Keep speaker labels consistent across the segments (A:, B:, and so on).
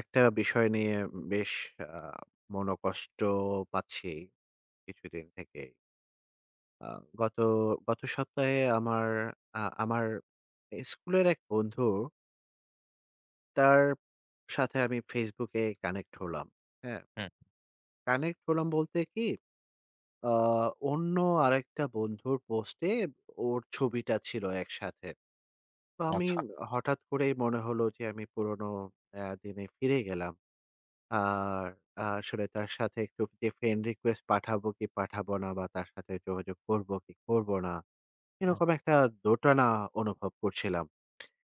A: একটা বিষয় নিয়ে বেশ আ মনোকষ্ট পাচ্ছি কিছুদিন থেকেই। আ গত গত সপ্তাহে আমার স্কুলের এক বন্ধু, তার সাথে আমি Facebook এ কানেক্ট হলাম। হ্যাঁ?
B: হুম,
A: কানেক্ট হলাম বলতে কি, আ অন্য আরেকটা বন্ধুর পোস্টে ওর ছবিটা ছিল একসাথে। তো আমি
B: আচ্ছা।
A: হঠাৎ করেই মনে হলো যে আমি পুরনো দিনে ফিরে গেলাম। আর আসলে তার সাথে একটু যে ফ্রেন্ড রিকোয়েস্ট পাঠাবো কি পাঠাবো না বা তার সাথে যোগাযোগ করবো কি করবো না, এরকম একটা দোটানা অনুভব করছিলাম।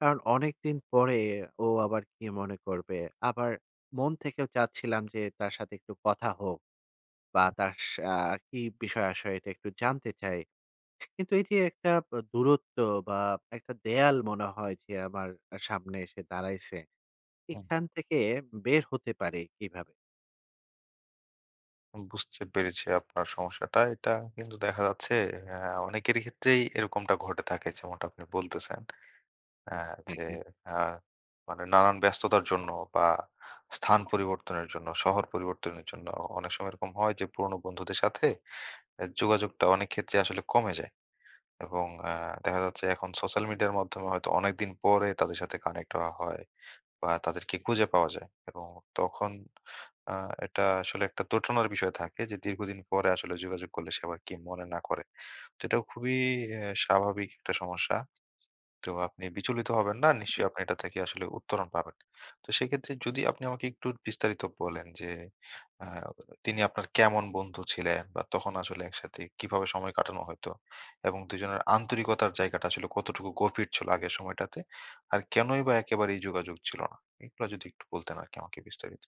A: কারণ অনেকদিন পরে ও আবার কি মনে করবে? আবার মন থেকেও চাচ্ছিলাম যে তার সাথে একটু কথা হোক বা তার সা কি বিষয় আশয় এটা একটু জানতে চাই। কিন্তু এই যে একটা দূরত্ব বা একটা দেয়াল মনে হয় যে আমার সামনে এসে দাঁড়াইছে,
B: হুম,
A: এখান থেকে বের হতে পারে কিভাবে?
B: বুঝতে পেরেছি আপনার সমস্যাটা। এটা কিন্তু দেখা যাচ্ছে আ অনেকেরই ক্ষেত্রেই এরকমটা ঘটে থাকে যেমনটা আপনি বলতেছেন। আ
A: হ্যাঁ,
B: যে
A: হ্যাঁ।
B: আ মানে নানান ব্যস্ততার জন্য বা স্থান পরিবর্তনের জন্য, শহর পরিবর্তনের জন্য অনেক সময় এরকম হয় যে পুরনো বন্ধুদের সাথে যোগাযোগটা অনেক ক্ষেত্রে আসলে কমে যায়। এবং দেখা যাচ্ছে এখন সোশ্যাল মিডিয়ার মাধ্যমে হয়তো অনেকদিন পরে তাদের সাথে কানেক্ট হওয়া হয়। বা তাদেরকে খুঁজে পাওয়া যায় এবং তখন আ এটা আসলে একটা দোটানার বিষয় থাকে যে দীর্ঘদিন পরে আসলে যোগাযোগ করলে সে আবার কি মনে না করে। তো এটাও খুবই স্বাভাবিক একটা সমস্যা। তো আপনি বিচলিত হবেন না।
A: জি।
B: নিশ্চয়ই আপনি এটা থেকে আসলে উত্তরণ পাবেন। তো সেক্ষেত্রে যদি আপনি আমাকে একটু বিস্তারিত বলেন যে আ তিনি আপনার কেমন বন্ধু ছিলেন বা তখন আসলে একসাথে কিভাবে সময় কাটানো হয়তো? এবং দুজনের আন্তরিকতার জায়গাটা আসলে কতটুকু গভীর ছিল আগের সময়টাতে? আর কেনই বা একেবারেই যোগাযোগ ছিল না? এগুলো যদি একটু বলতেন আরকি আমাকে বিস্তারিত।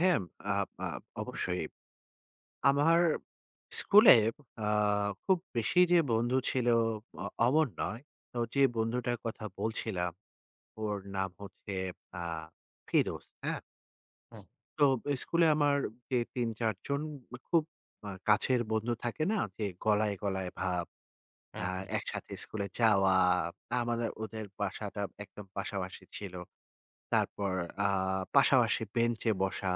A: হ্যাঁ, আ আ অবশ্যই। আমার স্কুলে আ খুব বেশি যে বন্ধু ছিল অমন নয়। তো যে বন্ধুটার কথা বলছিলাম ওর নাম হচ্ছে আ ফিরোজ, হ্যাঁ?
B: হুম,
A: তো স্কুলে আমার যে ৩-৪ জন খুব কাছের বন্ধু থাকে না? যে গলায়, গলায় ভাব, আ
B: হুম, হুম,
A: একসাথে স্কুলে যাওয়া, আমাদের ওদের বাসাটা একদম পাশাপাশি ছিল। তারপর আ পাশাপাশি বেঞ্চে বসা।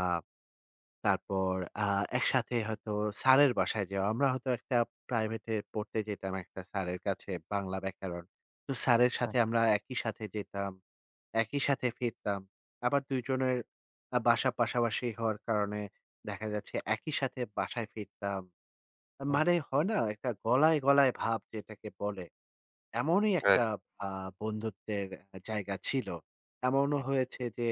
A: তারপর আ একসাথে হয়তো স্যারের বাসায় যাওয়া। আমরা হয়তো একটা প্রাইভেটে পড়তে যেতাম একটা স্যারের কাছে বাংলা ব্যাকরণ। তো স্যারের
B: হুম,
A: সাথে আমরা একই সাথে যেতাম, একই সাথে ফিরতাম। আবার ২ জনের বাসা পাশাপাশি হওয়ার কারণে দেখা যাচ্ছে একই সাথে বাসায় ফিরতাম।
B: হুম।
A: মানে হয় না একটা গলায়, গলায় ভাব যেটাকে বলে, এমনই একটা
B: রাইট।
A: আ বন্ধুত্বের জায়গা ছিল। এমনও
B: হুম,
A: হয়েছে যে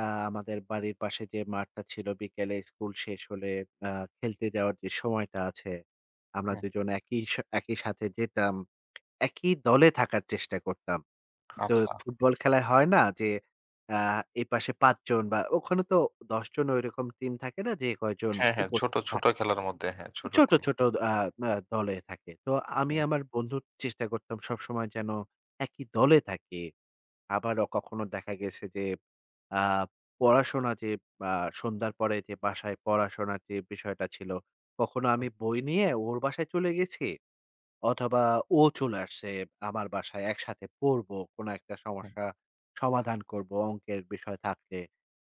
A: আ আমাদের বাড়ির পাশে যে মাঠটা ছিল বিকেলে স্কুল শেষ হলে আ খেলতে যাওয়ার যে সময়টা আছে, আমরা
B: হুম।
A: ২ জন একই সাথে যেতাম। একই দলে থাকার চেষ্টা করতাম। তো
B: আচ্ছা।
A: ফুটবল খেলায় হয় না যে আ এপাশে ৫ জন বা ওখানে তো ১০ জন ওইরকম টিম থাকে না যে কয়জন
B: হ্যাঁ, হ্যাঁ। ছোট,
A: উপস্থিত
B: ছোট
A: থাকে।
B: খেলার মধ্যে হ্যাঁ, ছোট
A: ছোট,
B: টিম।
A: ছোট আ আ দলে থাকে। তো আমি
B: হুম,
A: আমার বন্ধুর চেষ্টা করতাম সবসময় যেন একই দলে থাকি। আবারও কখনো দেখা গেছে যে আ পড়াশোনা যে আ সন্ধ্যার পরে যে বাসায় পড়াশোনার যে বিষয়টা ছিল, কখনো
B: হুম,
A: আমি বই নিয়ে ওর বাসায় চলে গেছি অথবা ও চলে আসছে আমার বাসায় একসাথে পড়বো, কোনো একটা
B: হুম,
A: সমস্যা সমাধান করবো অঙ্কের বিষয় থাকলে।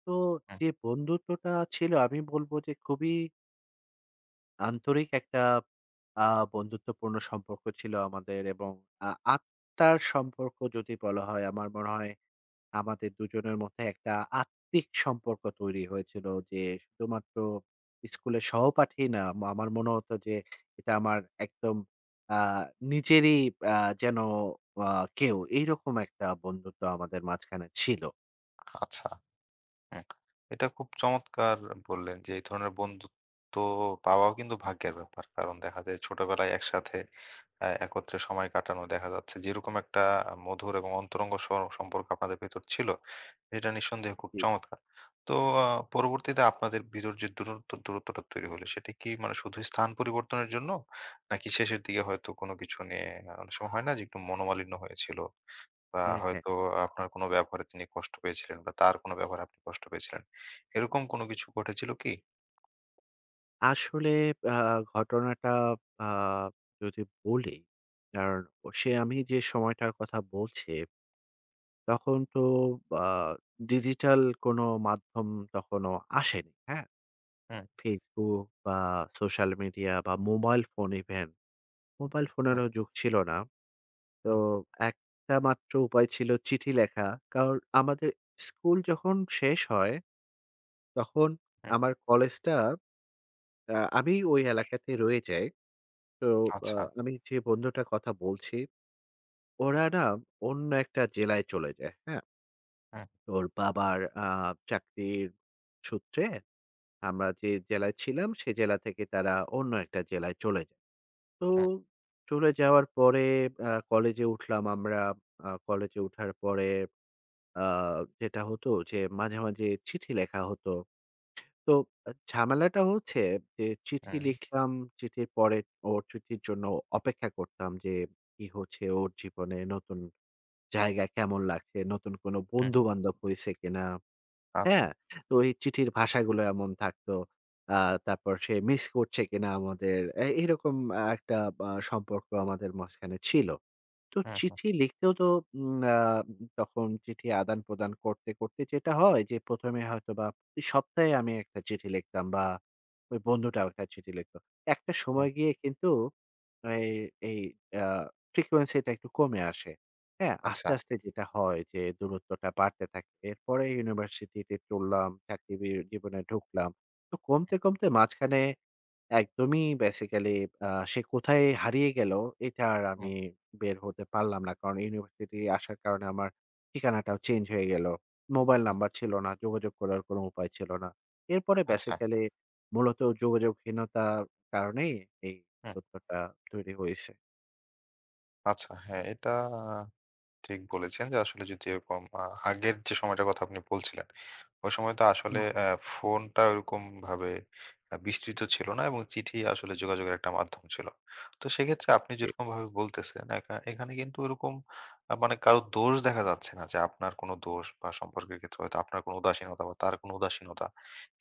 A: তো
B: হুম।
A: যে বন্ধুত্বটা ছিল আমি বলবো যে খুবই আন্তরিক একটা আ বন্ধুত্বপূর্ণ সম্পর্ক ছিল আমাদের এবং আ আত্মার সম্পর্ক যদি বলা হয় আমার মনে হয় আমাদের দুজনের মধ্যে একটা আত্মিক সম্পর্ক তৈরি হয়েছিল যে শুধুমাত্র স্কুলের সহপাঠী না, আমার মনে হতো যে এটা আমার একদম আ নিজেরই আ যেন আ কেউ। এইরকম একটা বন্ধুত্ব আমাদের মাঝখানে ছিল।
B: আচ্ছা। হ্যাঁ, এটা খুব চমৎকার বললেন যে এই ধরনের বন্ধুত্ব পাওয়াও কিন্তু ভাগ্যের ব্যাপার। কারণ দেখা যায় ছোটবেলায় একসাথে একত্রে সময় কাটানো দেখা যাচ্ছে যেরকম একটা মধুর এবং অন্তরঙ্গ সম্পর্ক আপনাদের ভেতর ছিল, এটা নিঃসন্দেহে খুব
A: জি।
B: চমৎকার। তো আ পরবর্তীতে আপনাদের ভিতর যে দূরত্বটা তৈরি হলো সেটা কি মানে শুধু স্থান পরিবর্তনের জন্য? নাকি শেষের দিকে হয়তো কোনো কিছু নিয়ে অনেক সময় হয় না যে একটু মনোমালিন্য হয়েছিল? বা
A: হ্যাঁ, হ্যাঁ।
B: হয়তো আপনার কোনো ব্যবহারে তিনি কষ্ট পেয়েছিলেন বা তার কোনো ব্যবহারে আপনি কষ্ট পেয়েছিলেন। এরকম কোনো কিছু ঘটেছিল কি?
A: আসলে আ ঘটনাটা আ যদি বলি, কারণ ও সে আমি যে সময়টার কথা বলছি, তখন তো আ ডিজিটাল কোনো মাধ্যম তখনো আসেনি। হ্যাঁ?
B: হুম,
A: Facebook বা সোশ্যাল মিডিয়া বা মোবাইল ফোন ইভেন, মোবাইল
B: হুম,
A: ফোনেরও যুগ ছিল না। তো
B: হুম,
A: একটা মাত্র উপায় ছিল চিঠি লেখা। কারণ আমাদের স্কুল যখন শেষ হয়, তখন
B: হুম।
A: আমার কলেজটা আমি ওই এলাকাতে রয়ে যাই। তো আ
B: আচ্ছা।
A: আমি যে বন্ধুটার কথা বলছি, ওরা না অন্য একটা জেলায় চলে যায়, হ্যাঁ?
B: হুম,
A: ওর বাবার আ চাকরির সূত্রে আমরা যে জেলায় ছিলাম, সে জেলা থেকে তারা অন্য একটা জেলায় চলে যায়। তো
B: হুম,
A: চলে যাওয়ার পরে কলেজে উঠলাম আমরা। কলেজে উঠার পরে আ যেটা হতো যে মাঝে, মাঝে চিঠি লেখা হতো। তো ঝামেলাটা হচ্ছে যে চিঠি
B: হুম,
A: লিখলাম, চিঠির পরে ওর চিঠির জন্য অপেক্ষা করতাম যে কি হচ্ছে ওর জীবনে, নতুন জায়গা কেমন লাগছে, নতুন কোনো
B: হুম।
A: বন্ধু-বান্ধব হইছে কিনা?
B: আচ্ছা।
A: হ্যাঁ? তো ওই চিঠির ভাষাগুলো এমন থাকতো। আ তারপর সে মিস করছে কিনা আমাদের, এরকম একটা সম্পর্ক আমাদের মাঝখানে ছিল। তো
B: হুম, হুম,
A: চিঠি লিখতেও তো উম আ তখন চিঠি আদান-প্রদান করতে, করতে যেটা হয় যে ১ম এ হয়তোবা প্রতি সপ্তাহে আমি একটা চিঠি লিখতাম বা ওই বন্ধুটাও একটা চিঠি লিখত। একটা
B: হুম।
A: সময় গিয়ে কিন্তু এই এই আ frequency টা একটু কমে আসে। হ্যাঁ?
B: আচ্ছা।
A: আস্তে, আস্তে যেটা হয় যে দূরত্বটা বাড়তে থাকে। এরপরে ইউনিভার্সিটিতে চললাম, চাকরি জীবনে ঢুকলাম। তো কমতে, কমতে মাঝখানে একদমই বেসিক্যালি সে কোথায় হারিয়ে গেল এটা আর
B: হুম,
A: আমি বের হতে পারলাম না। কারণ ইউনিভার্সিটি আসার কারণে আমার ঠিকানাটাও চেঞ্জ হয়ে গেল। মোবাইল
B: হুম।
A: নাম্বার ছিল না, যোগাযোগ করার কোনো উপায় ছিল না। এরপরে
B: আচ্ছা।
A: বেসিক্যালি মূলত যোগাযোগহীনতার কারণেই এই
B: হুম।
A: দূরত্বটা তৈরি হইছে।
B: আচ্ছা। হ্যাঁ, এটা ঠিক বলেছেন যে আসলে যদি এরকম আগের যে সময়টার কথা আপনি বলছিলেন, ওই সময় তো
A: হুম,
B: আসলে ফোনটা ওরকমভাবে বিস্তৃত ছিল না এবং চিঠি আসলে যোগাযোগের একটা মাধ্যম ছিল। তো সেক্ষেত্রে আপনি
A: জি,
B: যেরকমভাবে বলতেছেন একা এখানে কিন্তু ওরকম মানে কারো দোষ দেখা যাচ্ছে না যে আপনার কোনো দোষ বা সম্পর্কের ক্ষেত্রে হয়তো আপনার কোনো উদাসীনতা বা তার কোনো উদাসীনতা,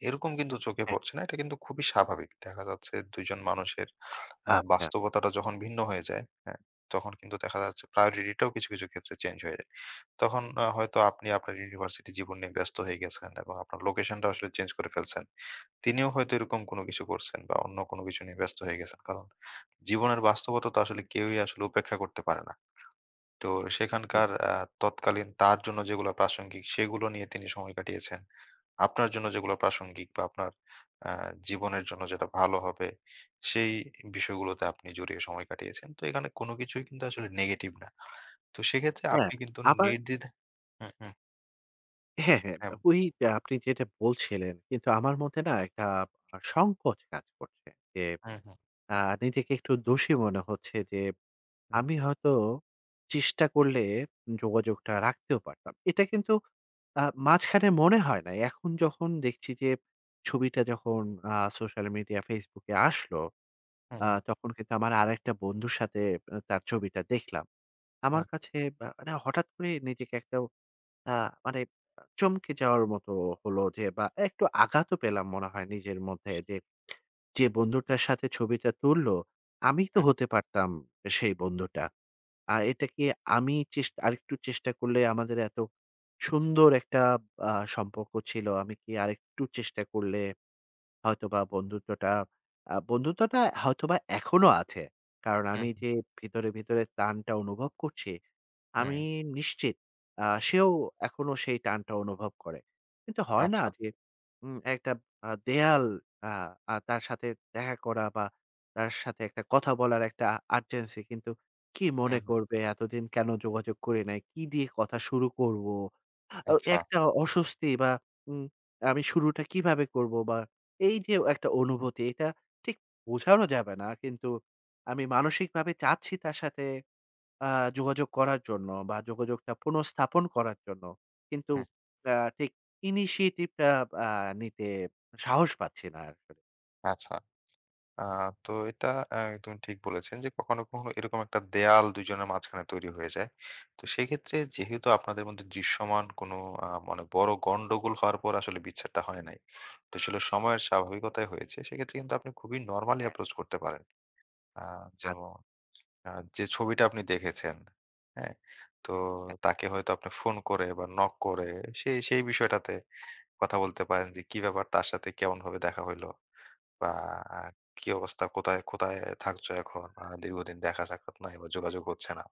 B: এরকম কিন্তু চোখে
A: হ্যাঁ,
B: পড়ছে না। এটা কিন্তু খুবই স্বাভাবিক। দেখা যাচ্ছে ২ জন মানুষের
A: আচ্ছা।
B: বাস্তবতাটা যখন ভিন্ন হয়ে যায় তখন কিন্তু দেখা যাচ্ছে প্রায়োরিটিটাও কিছু, কিছু ক্ষেত্রে চেঞ্জ হয়ে যায়। তখন হয়তো আপনি আপনার ইউনিভার্সিটি জীবন নিয়ে ব্যস্ত হয়ে গেছেন এবং আপনার লোকেশনটা আসলে চেঞ্জ করে ফেলছেন। তিনিও হয়তো এরকম কোনো কিছু করছেন বা অন্য কোনো কিছু নিয়ে ব্যস্ত হয়ে গেছেন। কারণ জীবনের বাস্তবতা তো আসলে কেউই আসলে উপেক্ষা করতে পারে না। তো
A: হুম,
B: সেখানকার তৎকালীন তার জন্য যেগুলো প্রাসঙ্গিক সেগুলো নিয়ে তিনি সময় কাটিয়েছেন। আপনার জন্য যেগুলো প্রাসঙ্গিক বা আপনার আ জীবনের জন্য যেটা ভালো হবে সেই বিষয়গুলোতে আপনি জড়িয়ে সময় কাটিয়েছেন। তো এখানে কোনো কিছুই কিন্তু আসলে নেগেটিভ না। তো সেক্ষেত্রে
A: হ্যাঁ,
B: আপনি কিন্তু
A: আবার
B: নির্দ্বিধায় হুম, হুম,
A: হ্যাঁ, হ্যাঁ,
B: হ্যাঁ, হুম,
A: ওই যে আপনি যেটা বলছিলেন কিন্তু আমার মধ্যে না একটা সংকোচ কাজ করছে। যে
B: হুম, হুম,
A: আ নিজেকে একটু দোষী মনে হচ্ছে যে
B: হুম,
A: আমি হয়তো চেষ্টা করলে যোগাযোগটা রাখতেও পারতাম। এটা কিন্তু মাঝখানে মনে হয় নাই। এখন যখন দেখছি যে ছবিটা যখন সোশ্যাল মিডিয়া Facebook এ আসলো,
B: হুম,
A: তখন কিন্তু আমার আরেকটা বন্ধুর সাথে তার ছবিটা দেখলাম। আমার
B: হুম,
A: কাছে বা মানে হঠাৎ করে নিজেকে একটা আ মানে চমকে যাওয়ার মতো হলো যে বা একটু আঘাতও পেলাম মনে হয় নিজের মধ্যে যে, যে বন্ধুটার সাথে ছবিটা তুললো, আমি তো
B: হুম,
A: হতে পারতাম সেই বন্ধুটা। আর এটা কি আমি আরেকটু চেষ্টা করলে আমাদের এত সুন্দর একটা সম্পর্ক ছিল। আমি কি আরেকটু চেষ্টা করলে হয়তোবা বন্ধুত্বটা হয়তোবা এখনো আছে। কারণ আমি
B: হুম,
A: যে ভিতরে, ভিতরে টানটা অনুভব করছি,
B: হুম,
A: আমি নিশ্চিত সেও এখনো সেই টানটা অনুভব করে। কিন্তু হয় না
B: আচ্ছা,
A: যে একটা দেয়াল আ আ তার সাথে দেখা করা বা তার সাথে একটা কথা বলার একটা urgency কিন্তু কি মনে
B: হুম, হুম,
A: করবে? এতদিন কেন যোগাযোগ করি নাই? কি দিয়ে কথা শুরু করব?
B: আচ্ছা,
A: একটা অস্বস্তি বা উম আমি শুরুটা কিভাবে করব? বা এই যে একটা অনুভূতি এটা ঠিক বোঝানো যাবে না। কিন্তু আমি মানসিকভাবে চাচ্ছি তার সাথে আ যোগাযোগ করার জন্য বা যোগাযোগটা পুনঃস্থাপন করার জন্য। কিন্তু
B: হুম,
A: আ ঠিক initiative টা আ নিতে সাহস পাচ্ছি না আসলে।
B: আচ্ছা। আ তো এটা একদম ঠিক বলেছেন যে কখনো, কখনো এরকম একটা দেয়াল ২ জনের মাঝখানে তৈরি হয়ে যায়। তো সেক্ষেত্রে যেহেতু আপনাদের মধ্যে দৃশ্যমান কোনো মানে বড় গন্ডগোল হওয়ার পর আসলে বিচ্ছেদটা হয় নাই। তো আসলে সময়ের স্বাভাবিকতায় হয়েছে। সেক্ষেত্রে কিন্তু আপনি খুবই নরমালি
A: হ্যাঁ,
B: অ্যাপ্রোচ করতে পারেন। আ যেমন
A: আচ্ছা।
B: আ যে ছবিটা আপনি দেখেছেন, হ্যাঁ? তো তাকে হয়তো আপনি ফোন করে বা নক করে সেই, সেই বিষয়টাতে কথা বলতে পারেন যে কি ব্যাপার তার সাথে কেমনভাবে দেখা হইলো? বা কি অবস্থা? কোথায়, কোথায় থাকছো এখন? দীর্ঘদিন দেখা সাক্ষাৎ নাই বা যোগাযোগ হচ্ছে না।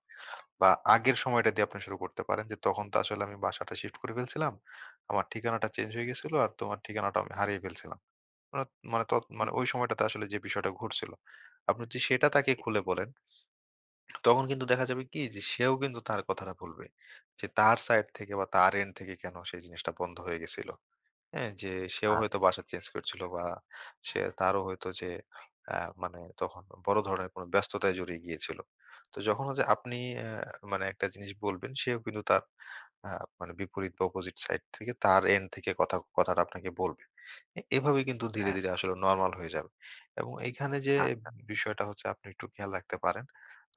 B: বা আগের সময়টা দিয়ে আপনি শুরু করতে পারেন যে তখন তো আসলে আমি বাসাটা শিফট করে ফেলছিলাম। আমার ঠিকানাটা চেঞ্জ হয়ে গেছিল আর তোমার ঠিকানাটা আমি হারিয়ে ফেলছিলাম। মানে মানে ত
A: হুম,
B: মানে ওই
A: হুম।
B: সময়টাতে আসলে যে বিষয়টা ঘটছিল। আপনি যদি সেটা তাকে
A: জি।
B: খুলে বলেন তখন কিন্তু দেখা যাবে কি যে সেও কিন্তু তার কথাটা বলবে। যে তার সাইড থেকে বা তার এন্ড থেকে কেন সেই জিনিসটা বন্ধ হয়ে গেছিল। হ্যাঁ, যে সেও হয়তো
A: আচ্ছা,
B: বাসা চেঞ্জ করছিল বা সে তারও হয়তো যে আ মানে তখন বড় ধরনের কোনো ব্যস্ততায় জড়িয়ে গিয়েছিল। তো যখন হচ্ছে আপনি আ মানে একটা জিনিস বলবেন সেও কিন্তু তার আ মানে বিপরীত বা অপোজিট সাইড থেকে তার এন্ড থেকে কথাটা আপনাকে বলবে। এভাবে কিন্তু ধীরে,
A: হ্যাঁ,
B: ধীরে আসলে নরমাল হয়ে যাবে। এবং এইখানে যে
A: আচ্ছা।
B: বিষয়টা হচ্ছে আপনি একটু খেয়াল রাখতে পারেন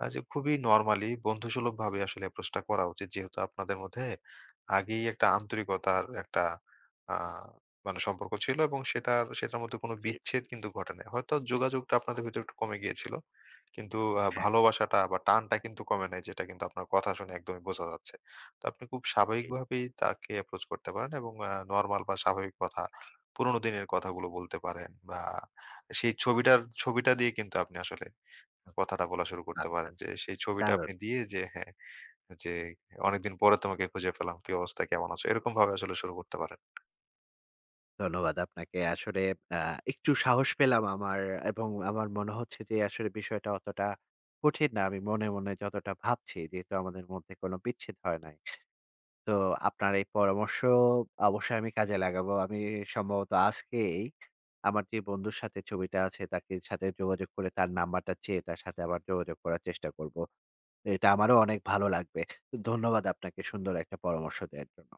B: যে খুবই নরমালি বন্ধুসুলভভাবে আসলে অ্যাপ্রোচটা করা উচিত। যেহেতু আপনাদের মধ্যে আগেই একটা আন্তরিকতার একটা আ মানে সম্পর্ক ছিল এবং সেটার সেটার মধ্যে কোনো
A: জি,
B: বিচ্ছেদ কিন্তু ঘটে নাই। হয়তো যোগাযোগটা আপনাদের ভিতরে একটু কমে গিয়েছিল। কিন্তু
A: হ্যাঁ,
B: ভালোবাসাটা বা টানটা কিন্তু কমে নাই যেটা কিন্তু আপনার কথা শুনে একদমই বোঝা যাচ্ছে। তো আপনি খুব
A: জি।
B: স্বাভাবিকভাবেই তাকে approach করতে পারেন এবং নরমাল বা স্বাভাবিক কথা, পুরোনো দিনের কথাগুলো বলতে পারেন বা সেই ছবিটার ছবিটা দিয়ে কিন্তু আপনি আসলে কথাটা বলা শুরু করতে
A: আচ্ছা,
B: পারেন।
A: আচ্ছা।
B: যে সেই ছবিটা আপনি
A: দারুণ।
B: দিয়ে যে হ্যাঁ, যে "অনেকদিন পরে তোমাকে খুঁজে পেলাম। কি অবস্থা? কেমন আছো?" এরকমভাবে আসলে শুরু করতে পারেন।
A: ধন্যবাদ আপনাকে। আসলে আ একটু সাহস পেলাম আমার এবং আমার মনে হচ্ছে যে আসলে বিষয়টা অতটা কঠিন না। আমি মনে, মনে যতটা ভাবছি যেহেতু আমাদের মধ্যে কোনো বিচ্ছেদ হয় নাই। তো আপনার এই পরামর্শ অবশ্যই আমি কাজে লাগাবো। আমি সম্ভবত আজকেই আমার যে বন্ধুর সাথে ছবিটা আছে তাকে সাথে যোগাযোগ করে তার নাম্বারটা চেয়ে তার সাথে আবার যোগাযোগ করার চেষ্টা করব। এটা আমারও অনেক ভালো লাগবে। তো ধন্যবাদ আপনাকে সুন্দর একটা পরামর্শ দেওয়ার জন্য।